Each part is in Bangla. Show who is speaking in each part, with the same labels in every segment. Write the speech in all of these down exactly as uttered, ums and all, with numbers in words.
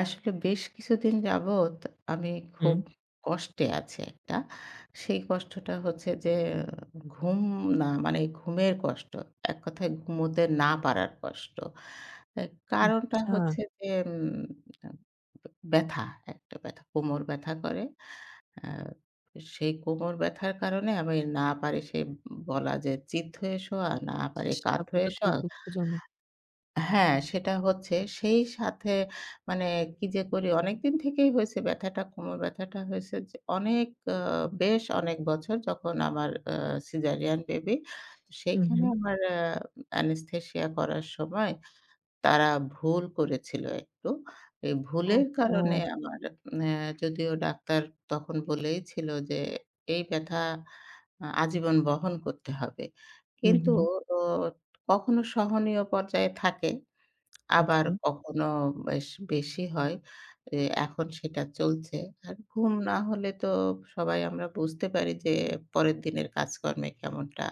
Speaker 1: আসলে বেশ কিছুদিন যাবৎ আমি
Speaker 2: হুম,
Speaker 1: খুব কষ্টে আছি একটা। সেই কষ্টটা হচ্ছে যে ঘুম না মানে ঘুমের কষ্ট। এক কথায় ঘুমোতে না পারার কষ্ট। এ কারণটা
Speaker 2: আচ্ছা,
Speaker 1: হচ্ছে যে উম আ ব্যথা, একটা ব্যথা, কোমর ব্যথা করে। আ সেই কোমর ব্যথার কারণে আমি না পারি সেই বলা যে চিত হয়ে শোয়া, না পারি
Speaker 2: ইস!
Speaker 1: কাত
Speaker 2: ব্যাপারটা
Speaker 1: হয়ে
Speaker 2: তো বেশ
Speaker 1: শোয়া।
Speaker 2: দুঃখজনক।
Speaker 1: হ্যাঁ, সেটা হচ্ছে। সেই সাথে মানে কি যে করি অনেকদিন থেকেই হয়েছে ব্যথাটা, কোমর ব্যথাটা হয়েছে যে অনেক আ বেশ অনেক বছর যখন আমার আ সিজারিয়ান বেবি।
Speaker 2: হুম,
Speaker 1: সেইখানে
Speaker 2: হুম।
Speaker 1: আমার আ অ্যানেসথেসিয়া করার সময় তারা ভুল করেছিল একটু। এই ভুলের
Speaker 2: ওহহো!
Speaker 1: কারণে আমার অ্যা যদিও ডাক্তার তখন বলেই ছিল যে এই ব্যথা আ আজীবন বহন করতে হবে।
Speaker 2: হুম,
Speaker 1: কিন্তু
Speaker 2: হুম।
Speaker 1: ও কখনো সহনীয় পর্যায়ে থাকে। আবার
Speaker 2: আচ্ছা।
Speaker 1: কখনো বেশ বেশি হয়। এ এখন সেটা চলছে। আর ঘুম না হলে তো সবাই আমরা বুঝতে পারি যে পরের দিনের কাজকর্মে কেমনটা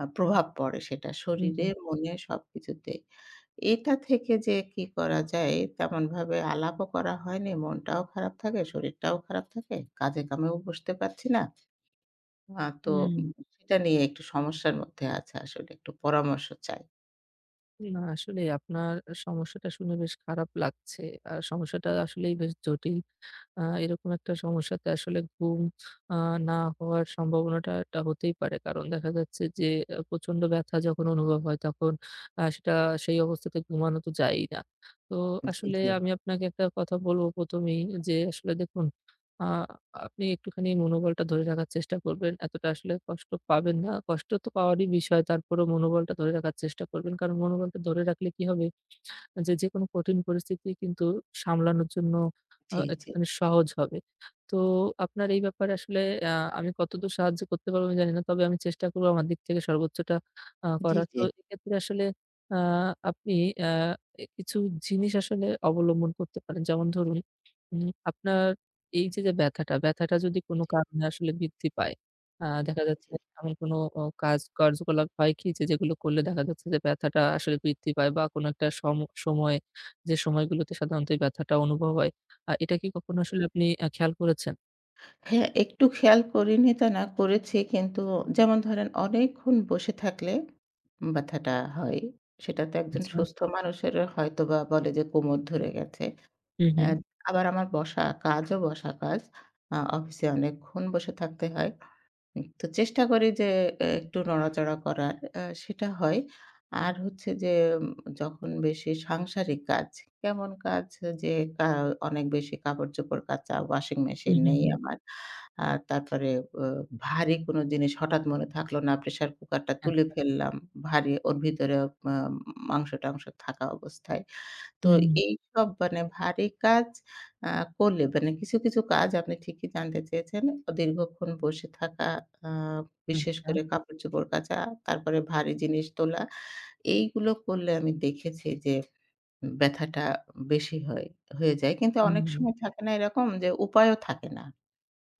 Speaker 1: আ প্রভাব পড়ে সেটা
Speaker 2: হুম,
Speaker 1: শরীরে,
Speaker 2: হুম।
Speaker 1: মনে সবকিছুতেই। এটা থেকে যে কি করা যায় তেমনভাবে আলাপও করা হয়নি। মনটাও খারাপ থাকে, শরীরটাও খারাপ থাকে। কাজে কামেও বসতে পারছি না। আ তো
Speaker 2: হুম।
Speaker 1: উম সেটা নিয়ে একটু সমস্যার মধ্যে আছে আসলে। একটু পরামর্শ চাই।
Speaker 2: না আসলেই আপনার সমস্যাটা শুনে বেশ খারাপ লাগছে। আর সমস্যাটা আসলেই বেশ জটিল। আ এরকম একটা সমস্যাতে আসলে ঘুম আ না হওয়ার সম্ভাবনাটা টা হতেই পারে। কারণ দেখা যাচ্ছে যে আ প্রচন্ড ব্যথা যখন অনুভব হয় তখন আ সেটা সেই অবস্থাতে ঘুমানো তো যায়ই না। তো
Speaker 1: জি,
Speaker 2: আসলে
Speaker 1: জি।
Speaker 2: আমি আপনাকে একটা কথা বলব প্রথম এই যে আসলে দেখুন, আ আপনি একটুখানি মনোবলটা ধরে রাখার চেষ্টা করবেন। এতটা আসলে কষ্ট পাবেন না। কষ্ট তো পাওয়ারই বিষয়। তারপরেও মনোবলটা ধরে রাখার চেষ্টা করবেন। কারণ মনোবলটা ধরে রাখলে কি হবে যে যেকোনো কঠিন পরিস্থিতি কিন্তু সামলানোর জন্য আ
Speaker 1: জি, জি।
Speaker 2: একটুখানি সহজ হবে। তো আপনার এই ব্যাপারে আসলে আ আমি কতদূর সাহায্য করতে পারব আমি জানি না। তবে আমি চেষ্টা করব আমার দিক থেকে সর্বোচ্চটা আ
Speaker 1: জি,
Speaker 2: করার।
Speaker 1: জি,
Speaker 2: তো
Speaker 1: জি।
Speaker 2: এক্ষেত্রে আসলে আ আপনি আ এ কিছু জিনিস আসলে অবলম্বন করতে পারেন। যেমন ধরুন, উম আপনার এই যে, যে ব্যথাটা, ব্যথাটা যদি কোনো কারণে আসলে বৃদ্ধি পায়, আ দেখা যাচ্ছে এমন কোনো অ কাজ কার্যকলাপ হয় কি, যে, যেগুলো করলে দেখা যাচ্ছে যে ব্যথাটা আসলে বৃদ্ধি পায় বা কোনো একটা সম সময়, যে সময়গুলোতে সাধারণত এই ব্যথাটা অনুভব হয়। আ এটা কি কখনো আসলে আপনি আ খেয়াল করেছেন?
Speaker 1: হ্যাঁ, একটু খেয়াল করিনি তা না, করেছি। কিন্তু যেমন ধরেন অনেকক্ষণ বসে থাকলে ব্যথাটা হয়। সেটা তো একজন
Speaker 2: আচ্ছা।
Speaker 1: সুস্থ মানুষের হয়তোবা বলে যে কোমর ধরে গেছে।
Speaker 2: হুম,
Speaker 1: অ্যা
Speaker 2: হুম।
Speaker 1: আবার আমার বসা কাজও বসা কাজ। আ অফিসে অনেকক্ষণ বসে থাকতে হয়। তো চেষ্টা করি যে এ একটু নড়াচড়া করার। আ সেটা হয়। আর হচ্ছে যে উম যখন বেশি সাংসারিক কাজ, কেমন কাজ যে কা অনেক বেশি কাপড়-চোপড় কাচা, ওয়াশিং মেশিন
Speaker 2: হুম, হুম,
Speaker 1: নেই
Speaker 2: হুম।
Speaker 1: হুম। আমার। আর তারপরে অ ভারী কোনো জিনিস হঠাৎ মনে থাকলো না, প্রেশার কুকারটা তুলে
Speaker 2: আচ্ছা।
Speaker 1: ফেললাম। ভারী ওর ভিতরে আ মাংস-টাংস থাকা অবস্থায়। তো
Speaker 2: হুম, হুম।
Speaker 1: এইসব মানে ভারী কাজ আ করলে মানে কিছু, কিছু কাজ আপনি ঠিকই জানতে চেয়েছেন। দীর্ঘক্ষণ বসে থাকা আ বিশেষ
Speaker 2: আচ্ছা।
Speaker 1: করে কাপড়-চোপড় কাচা, তারপরে ভারী জিনিস তোলা। এইগুলো করলে আমি দেখেছি যে উম ব্যথাটা বেশি হয় হয়ে যায়। কিন্তু
Speaker 2: হুম,
Speaker 1: অনেক
Speaker 2: হুম।
Speaker 1: সময় থাকে না এরকম যে উপায়ও থাকে না।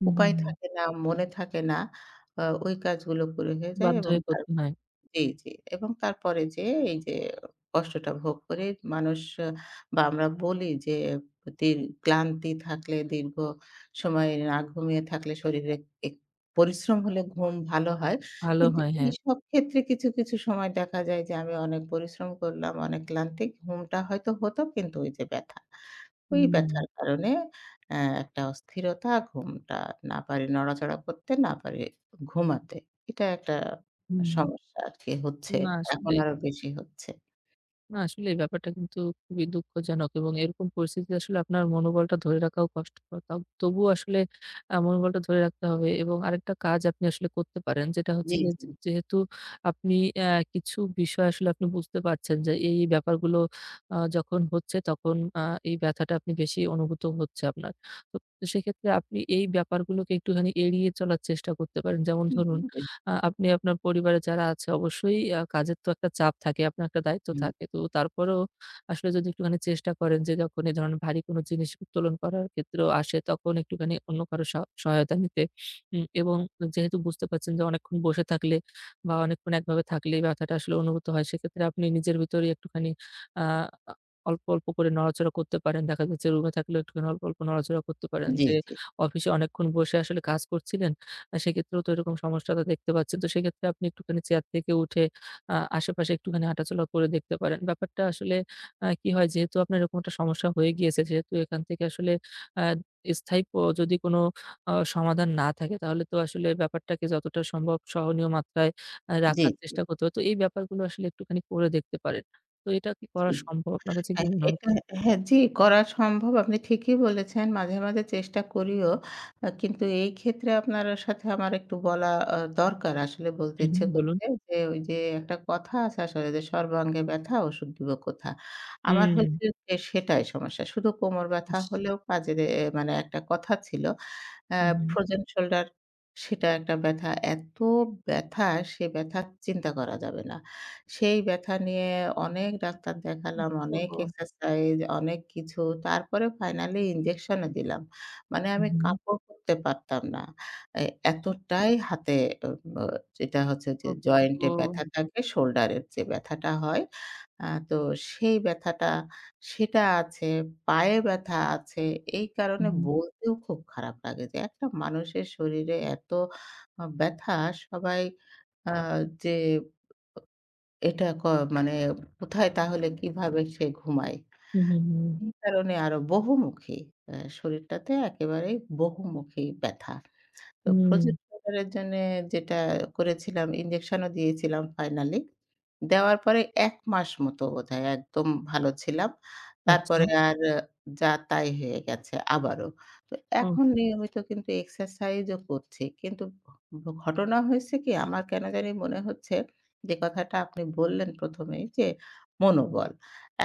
Speaker 2: হুম,
Speaker 1: উপায়
Speaker 2: হুম, হুম।
Speaker 1: থাকে না, মনে থাকে না। আ ওই কাজগুলো করে হয়ে যায়
Speaker 2: বাধ্য
Speaker 1: এবং
Speaker 2: হয়ে
Speaker 1: তার
Speaker 2: করতে হয়।
Speaker 1: জি, জি। এবং তারপরে যেয়ে এই যে কষ্টটা ভোগ করে মানুষ আহ, বা আমরা বলি যে দীর ক্লান্তি থাকলে দীর্ঘ সময় না ঘুমিয়ে থাকলে শরীরে এক পরিশ্রম হলে ঘুম ভালো হয়।
Speaker 2: ভালো
Speaker 1: কিন্তু
Speaker 2: হয়, হ্যাঁ।
Speaker 1: এইসব ক্ষেত্রে কিছু, কিছু সময় দেখা যায় যে আমি অনেক পরিশ্রম করলাম, অনেক ক্লান্তি ঘুমটা হয়তো হতো কিন্তু ওই যে ব্যথা। ওই
Speaker 2: হুম, হুম।
Speaker 1: ব্যথার কারণে অ্যা একটা অস্থিরতা, ঘুমটা না পারি নড়াচড়া করতে, না পারি ঘুমাতে। এটা একটা
Speaker 2: হুম।
Speaker 1: সমস্যা আরকি হচ্ছে।
Speaker 2: না
Speaker 1: এখন
Speaker 2: আসলে
Speaker 1: আরো বেশি হচ্ছে।
Speaker 2: না আসলে এই ব্যাপারটা কিন্তু খুবই দুঃখজনক এবং এরকম পরিস্থিতিতে আসলে আপনার মনোবলটা ধরে রাখাও কষ্টকর। তাও তবুও আসলে আ মনোবলটা ধরে রাখতে হবে এবং আরেকটা কাজ আপনি আসলে করতে পারেন যেটা হচ্ছে
Speaker 1: জি,
Speaker 2: গিয়ে
Speaker 1: জি।
Speaker 2: যে যেহেতু আপনি অ্যা কিছু বিষয় আসলে আপনি বুঝতে পারছেন যে এই, এই ব্যাপারগুলো আ যখন হচ্ছে তখন আ এই ব্যথাটা আপনি বেশি অনুভূত হচ্ছে আপনার। তো সেক্ষেত্রে আপনি এই ব্যাপারগুলোকে একটুখানি এড়িয়ে চলার চেষ্টা করতে পারেন। যেমন
Speaker 1: হুম,
Speaker 2: ধরুন,
Speaker 1: হুম,
Speaker 2: আ আপনি আপনার পরিবারে যারা আছে অবশ্যই আ কাজের তো একটা চাপ থাকে, আপনার একটা দায়িত্ব
Speaker 1: হুম।
Speaker 2: থাকে। তো তারপরেও আসলে যদি একটুখানি চেষ্টা করেন যে যখন এই ধরনের ভারী কোনো জিনিস উত্তোলন করার ক্ষেত্রেও আসে তখন একটুখানি অন্য কারো সহ সহায়তা নিতে, উম এবং যেহেতু বুঝতে পারছেন যে অনেকক্ষণ বসে থাকলে বা অনেকক্ষণ একভাবে থাকলেই ব্যথাটা আসলে অনুভূত হয় সেক্ষেত্রে আপনি নিজের ভিতরেই একটুখানি আ আ অল্প, অল্প করে নড়াচড়া করতে পারেন। দেখা যাচ্ছে রুমে থাকলেও একটুখানি অল্প, অল্প নড়াচড়া করতে পারেন
Speaker 1: জি,
Speaker 2: যে
Speaker 1: জি।
Speaker 2: অফিসে অনেকক্ষণ বসে আসলে কাজ করছিলেন। আ সেক্ষেত্রেও তো এরকম সমস্যাটা দেখতে পাচ্ছেন। তো সেক্ষেত্রে আপনি একটুখানি চেয়ার থেকে উঠে আ আশেপাশে একটুখানি হাঁটাচলা করে দেখতে পারেন। ব্যাপারটা আসলে আ কি হয়, যেহেতু আপনার এরকম একটা সমস্যা হয়ে গিয়েছে, সেহেতু এখান থেকে আসলে আ স্থায়ী প যদি কোনো আ সমাধান না থাকে তাহলে তো আসলে ব্যাপারটাকে যতটা সম্ভব সহনীয় মাত্রায় আ
Speaker 1: জি,
Speaker 2: রাখার
Speaker 1: জি,
Speaker 2: চেষ্টা করতে হবে। তো এই ব্যাপারগুলো আসলে একটুখানি করে দেখতে পারেন। তো এটা কি করা
Speaker 1: জি।
Speaker 2: সম্ভব? আপনার কাছে কি
Speaker 1: হ্যাঁ,
Speaker 2: মনে
Speaker 1: এটা
Speaker 2: হচ্ছে?
Speaker 1: হ্যাঁ, জি, করা সম্ভব। আপনি ঠিকই বলেছেন। মাঝে, মাঝে চেষ্টা করিও। আ কিন্তু এই ক্ষেত্রে আপনার সাথে আমার একটু বলা আ দরকার। আসলে বলতে
Speaker 2: হুম, হুম,
Speaker 1: ইচ্ছে
Speaker 2: বলুন।
Speaker 1: করছে যে, ওই যে একটা কথা আছে আসলে যে, "সর্বাঙ্গে ব্যথা ওষুধ দিব কোথা?" আমার
Speaker 2: হুম,
Speaker 1: হচ্ছে যে সেটাই সমস্যা। শুধু কোমর ব্যথা
Speaker 2: ইস!
Speaker 1: হলেও কাজের এ মানে একটা কথা ছিল। আ
Speaker 2: হুম, হুম।
Speaker 1: ফ্রোজেন শোল্ডার সেটা একটা ব্যথা। এত ব্যথা সে ব্যথা চিন্তা করা যাবে না। সেই ব্যথা নিয়ে অনেক ডাক্তার দেখালাম, অনেক
Speaker 2: ওহহো!
Speaker 1: এক্সারসাইজ, অনেক কিছু। তারপরে ফাইনালি ইনজেকশনও দিলাম। মানে
Speaker 2: হুম,
Speaker 1: আমি
Speaker 2: হুম।
Speaker 1: কাপড় পরতে পারতাম না। এ এতটাই হাতে অ অ যেটা হচ্ছে যে জয়েন্টে
Speaker 2: ওহহো!
Speaker 1: ব্যথা থাকে, শোল্ডারের যে ব্যথাটা হয়, আ তো সেই ব্যথাটা সেটা আছে, পায়ে ব্যথা আছে। এই কারণে
Speaker 2: Mhm.
Speaker 1: বলতেও খুব খারাপ লাগে যে একটা মানুষের শরীরে এত আ ব্যথা সবাই আ যে এটা ক মানে কোথায় তাহলে কিভাবে সে ঘুমায়?
Speaker 2: Hm, mhm, হুম।
Speaker 1: এই কারণে আরো বহুমুখী। আ শরীরটাতে একেবারেই বহুমুখী ব্যথা। তো
Speaker 2: হুম,
Speaker 1: প্রজেক্ট এর জন্যে যেটা করেছিলাম ইনজেকশনও দিয়েছিলাম ফাইনালি। দেওয়ার পরে এক মাস মতো বোধহয় একদম ভালো ছিলাম।
Speaker 2: আচ্ছা।
Speaker 1: তারপরে আর যা তাই হয়ে গেছে আবারও। তো
Speaker 2: ও,
Speaker 1: এখন নিয়মিত কিন্তু এক্সারসাইজও করছি। কিন্তু ঘ ঘটনা হয়েছে কি আমার কেন জানি মনে হচ্ছে যে কথাটা আপনি বললেন প্রথম এই যে মনোবল।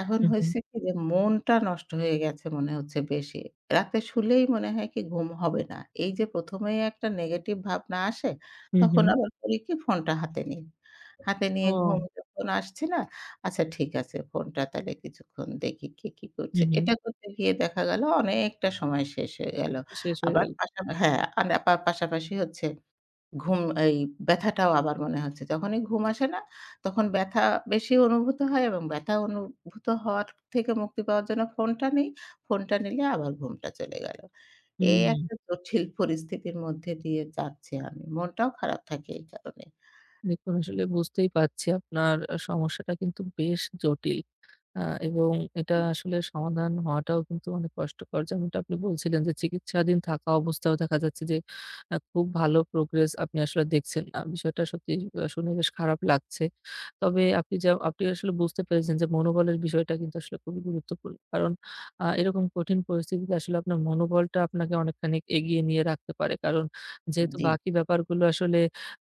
Speaker 1: এখন
Speaker 2: হুম, হুম,
Speaker 1: হয়েছে কি যে মনটা নষ্ট হয়ে গেছে মনে হচ্ছে বেশি। রাতে শুলেই মনে হয় কি ঘুম হবে না। এই যে প্রথম এই একটা নেগেটিভ ভাবনা আসে,
Speaker 2: হুম,
Speaker 1: তখন
Speaker 2: হুম।
Speaker 1: আবার করি কি ফোনটা হাতে নিই। হাতে নিয়ে ঘুম
Speaker 2: ও,
Speaker 1: যখন আসছে না, আচ্ছা ঠিক আছে ফোনটা তাহলে কিছুক্ষণ দেখি কে কি করছে।
Speaker 2: হুম, হুম।
Speaker 1: এটা করতে গিয়ে দেখা গেল অনেকটা সময় শেষ হয়ে গেল।
Speaker 2: শেষ হয়ে
Speaker 1: আবার
Speaker 2: গেল।
Speaker 1: পাশাপা হ্যাঁ, আন আবার পাশাপাশি হচ্ছে ঘুম এই ব্যথাটাও আবার মনে হচ্ছে। যখনই ঘুম আসে না, তখন ব্যথা বেশি অনুভূত হয় এবং ব্যথা অনুভূত হওয়ার থেকে মুক্তি পাওয়ার জন্য ফোনটা নিই। ফোনটা নিলে আবার ঘুমটা চলে গেল। এই
Speaker 2: হুম।
Speaker 1: একটা জটিল পরিস্থিতির মধ্যে দিয়ে যাচ্ছি আমি। মনটাও খারাপ থাকে এই কারণে।
Speaker 2: দেখুন আসলে বুঝতেই পারছি আপনার আ সমস্যাটা কিন্তু বেশ জটিল। আ এবং এটা আসলে সমাধান হওয়াটাও কিন্তু অনেক কষ্টকর। যেমনটা আপনি বলছিলেন যে চিকিৎসাধীন থাকা অবস্থাও দেখা যাচ্ছে যে আ খুব ভালো প্রোগ্রেস আপনি আসলে দেখছেন না। বিষয়টা সত্যি আ শুনে বেশ খারাপ লাগছে। তবে আপনি যা আপনি আসলে বুঝতে পেরেছেন যে মনোবলের বিষয়টা কিন্তু আসলে খুবই গুরুত্বপূর্ণ। কারণ আ এরকম কঠিন পরিস্থিতিতে আসলে আপনার মনোবলটা আপনাকে অনেকখানি এগিয়ে নিয়ে রাখতে পারে। কারণ যেহেতু
Speaker 1: জি,
Speaker 2: বাকি ব্যাপারগুলো আসলে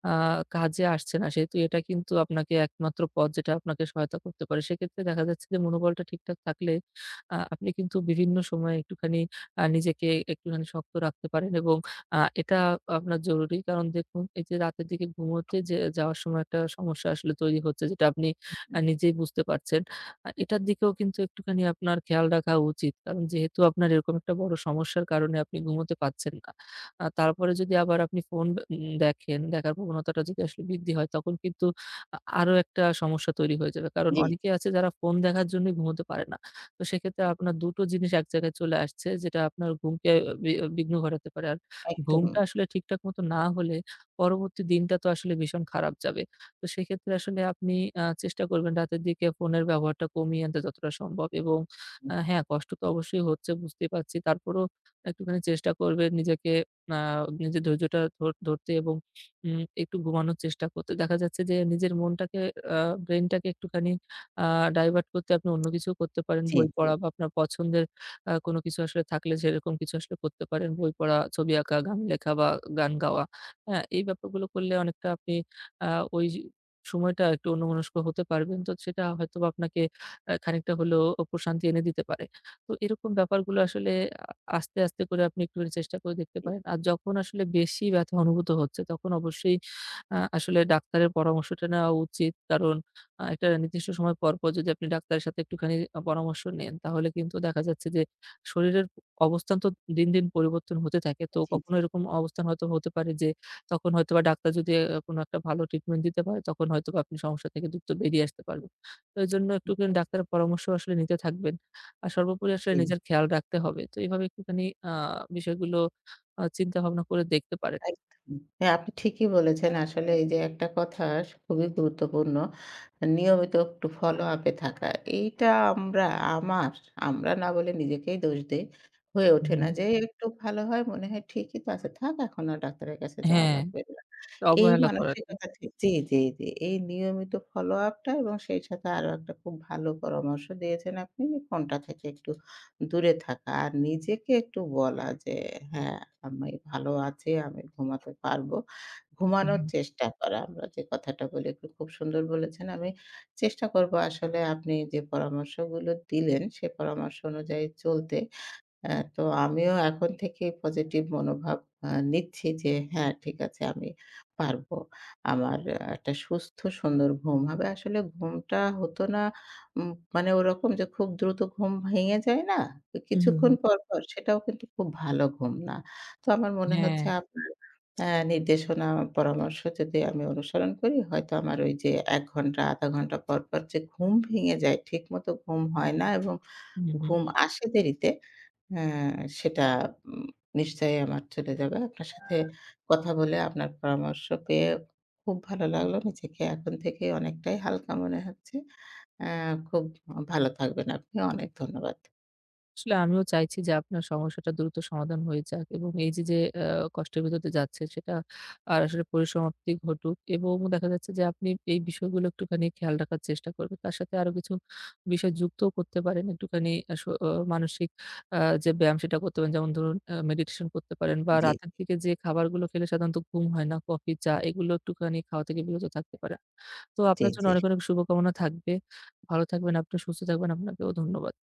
Speaker 2: আ কাজে আসছে না সেহেতু এটা কিন্তু আপনাকে একমাত্র পথ যেটা আপনাকে সহায়তা করতে পারে। সেক্ষেত্রে দেখা যাচ্ছে যে মনোবলটা ঠিকঠাক থাকলে আ আপনি কিন্তু বিভিন্ন সময়ে একটুখানি আ নিজেকে একটুখানি শক্ত রাখতে পারেন এবং আ এটা আপনার জরুরি। কারণ দেখুন এই যে রাতের দিকে ঘুমোতে যে যাওয়ার সময় একটা সমস্যা আসলে তৈরি হচ্ছে যেটা আপনি আ নিজেই বুঝতে পারছেন। আ এটার দিকেও কিন্তু একটুখানি আপনার খেয়াল রাখা উচিত। কারণ যেহেতু আপনার এরকম একটা বড় সমস্যার কারণে আপনি ঘুমোতে পারছেন না। আ তারপরে যদি আবার আপনি ফোন উম দেখেন, দেখার প্রবণতাটা যদি আসলে বৃদ্ধি হয়, তখন কিন্তু আ আরো একটা সমস্যা তৈরি হয়ে যাবে। কারণ
Speaker 1: জি,
Speaker 2: অনেকে
Speaker 1: জি,
Speaker 2: আছে যারা ফোন দেখার জন্যই ঘুমোতে পারে না। তো সেক্ষেত্রে আপনার দুই টো জিনিস এক জায়গায় চলে আসছে, যেটা আপনার ঘুমকে বি বিঘ্ন ঘটাতে পারে। আর
Speaker 1: একদম।
Speaker 2: ঘুমটা আসলে ঠিকঠাক মতো না হলে পরবর্তী দিনটা তো আসলে ভীষণ খারাপ যাবে। তো সেক্ষেত্রে আসলে আপনি আ চেষ্টা করবেন রাতের দিকে ফোনের ব্যবহারটা কমিয়ে আনতে যতটা সম্ভব এবং আ হ্যাঁ, কষ্ট তো অবশ্যই হচ্ছে বুঝতেই পারছি। তারপরেও একটুখানি চেষ্টা করবেন নিজেকে আ নিজের ধৈর্যটা ধর ধরতে এবং উম একটু ঘুমানোর চেষ্টা করতে। দেখা যাচ্ছে যে নিজের মনটাকে আ ব্রেইনটাকে একটুখানি আ ডাইভার্ট করতে আপনি অন্য কিছু করতে পারেন।
Speaker 1: জি, জি,
Speaker 2: বই
Speaker 1: জি,
Speaker 2: পড়া বা আপনার পছন্দের আ কোনো কিছু আসলে থাকলে সেরকম কিছু আসলে করতে পারেন। বই পড়া, ছবি আঁকা, গান লেখা বা গান গাওয়া। হ্যাঁ? এই ব্যাপারগুলো করলে অনেকটা আপনি আ ওই সময়টা একটু অন্যমনস্ক হতে পারবেন। তো সেটা হয়তোবা আপনাকে আ খানিকটা হলেও প্রশান্তি এনে দিতে পারে। তো এরকম ব্যাপারগুলো আসলে আস্তে, আস্তে করে আপনি একটুখানি চেষ্টা করে দেখতে পারেন। আর যখন আসলে বেশি ব্যথা অনুভূত হচ্ছে তখন অবশ্যই আ আসলে ডাক্তারের পরামর্শটা নেওয়া উচিত। কারণ আ একটা নির্দিষ্ট সময় পরপর যদি আপনি ডাক্তারের সাথে একটুখানি আ পরামর্শ নেন তাহলে কিন্তু দেখা যাচ্ছে যে শরীরের অবস্থান তো দিন, দিন পরিবর্তন হতে থাকে। তো
Speaker 1: জি,
Speaker 2: কখনো
Speaker 1: জি,
Speaker 2: এরকম অবস্থান হয়তো হতে পারে যে তখন হয়তোবা ডাক্তার যদি আ কোনো একটা ভালো ট্রিটমেন্ট দিতে পারে তখন হয়তোবা আপনি সমস্যা থেকে দ্রুত বেরিয়ে আসতে পারবেন। তো এজন্য একটুখানি ডাক্তারের পরামর্শ আসলে নিতে থাকবেন। আর সর্বোপরি আসলে
Speaker 1: জি।
Speaker 2: নিজের খেয়াল রাখতে হবে। তো এভাবে একটুখানি আ বিষয়গুলো আ চিন্তা ভাবনা করে দেখতে পারেন।
Speaker 1: একদম। হ্যাঁ, আপনি ঠিকই বলেছেন। আসলে এই যে একটা কথা স খুবই গুরুত্বপূর্ণ। নিয়মিত একটু follow-up এ থাকা। এইটা আমরা আমার, আমরা না বলে নিজেকেই দোষ দেই। হয়ে ওঠে
Speaker 2: হুম।
Speaker 1: না যে একটু ভালো হয় মনে হয় ঠিকই তো আছে। থাক এখন আর ডাক্তারের কাছে যাওয়া
Speaker 2: হ্যাঁ,
Speaker 1: লাগবে না। এই
Speaker 2: অবহেলা করার ঠিক।
Speaker 1: মানসিকতা ঠিক জি, জি, জি। এই নিয়মিত follow-up টা এবং সেই সাথে আরো একটা খুব ভালো পরামর্শ দিয়েছেন আপনি ফোনটা থেকে একটু দূরে থাকা। আর নিজেকে একটু বলা যে, "হ্যাঁ, আমি ভালো আছি, আমি ঘুমাতে পারবো।" ঘুমানোর
Speaker 2: হুম,
Speaker 1: চেষ্টা করা। আমরা যে কথাটা বলি আপনি খুব সুন্দর বলেছেন। আমি চেষ্টা করব আসলে আপনি যে পরামর্শগুলো দিলেন সে পরামর্শ অনুযায়ী চলতে। হ্যাঁ, তো আমিও এখন থেকে পজিটিভ মনোভাব আ নিচ্ছি যে হ্যাঁ, ঠিক আছে আমি পারবো। আমার আ একটা সুস্থ সুন্দর ঘুম হবে। আসলে ঘুমটা হতো না উম মানে ওরকম যে খুব দ্রুত ঘুম ভেঙে যায় না? তো
Speaker 2: হুম, হুম,
Speaker 1: কিছুক্ষণ
Speaker 2: হুম।
Speaker 1: পর, পর সেটাও কিন্তু খুব ভালো ঘুম না। তো আমার মনে
Speaker 2: হ্যাঁ,
Speaker 1: হচ্ছে আপনার আ নির্দেশনা পরামর্শ যদি আমি অনুসরণ করি হয়তো আমার ওই যে এক ঘন্টা শূন্য দশমিক পাঁচ ঘন্টা পর, পর যে ঘুম ভেঙে যায়, ঠিকমতো ঘুম হয় না এবং
Speaker 2: হুম, হুম।
Speaker 1: ঘুম আসে দেরিতে হ্যাঁ, সেটা উম নিশ্চয়ই আমার চলে যাবে। আপনার সাথে কথা বলে আপনার পরামর্শ পেয়ে খুব ভালো লাগলো। নিজেকে এখন থেকে অনেকটাই হালকা মনে হচ্ছে। অ্যা খুব ভালো থাকবেন আপনি। অনেক ধন্যবাদ।
Speaker 2: আসলে আমিও চাইছি যে আপনার সমস্যাটা দ্রুত সমাধান হয়ে যাক এবং এই যে, যে আ কষ্টের ভেতর দিয়ে যাচ্ছেন সেটা আর আসলে পরিসমাপ্তি ঘটুক এবং দেখা যাচ্ছে যে আপনি এই বিষয়গুলো একটুখানি খেয়াল রাখার চেষ্টা করবেন। তার সাথে আরো কিছু বিষয় যুক্তও করতে পারেন। একটুখানি আস অ মানসিক আ যে ব্যায়াম সেটা করতে পারেন। যেমন ধরুন, আ মেডিটেশন করতে পারেন বা
Speaker 1: জি,
Speaker 2: রাতের দিকে যে খাবারগুলো খেলে সাধারণত ঘুম হয় না, কফি, চা এগুলো একটুখানি খাওয়া থেকে বিরত থাকতে পারেন। তো
Speaker 1: জি,
Speaker 2: আপনার জন্য
Speaker 1: জি।
Speaker 2: অনেক, অনেক শুভকামনা থাকবে। ভালো থাকবেন আপনি, সুস্থ থাকবেন। আপনাকেও ধন্যবাদ।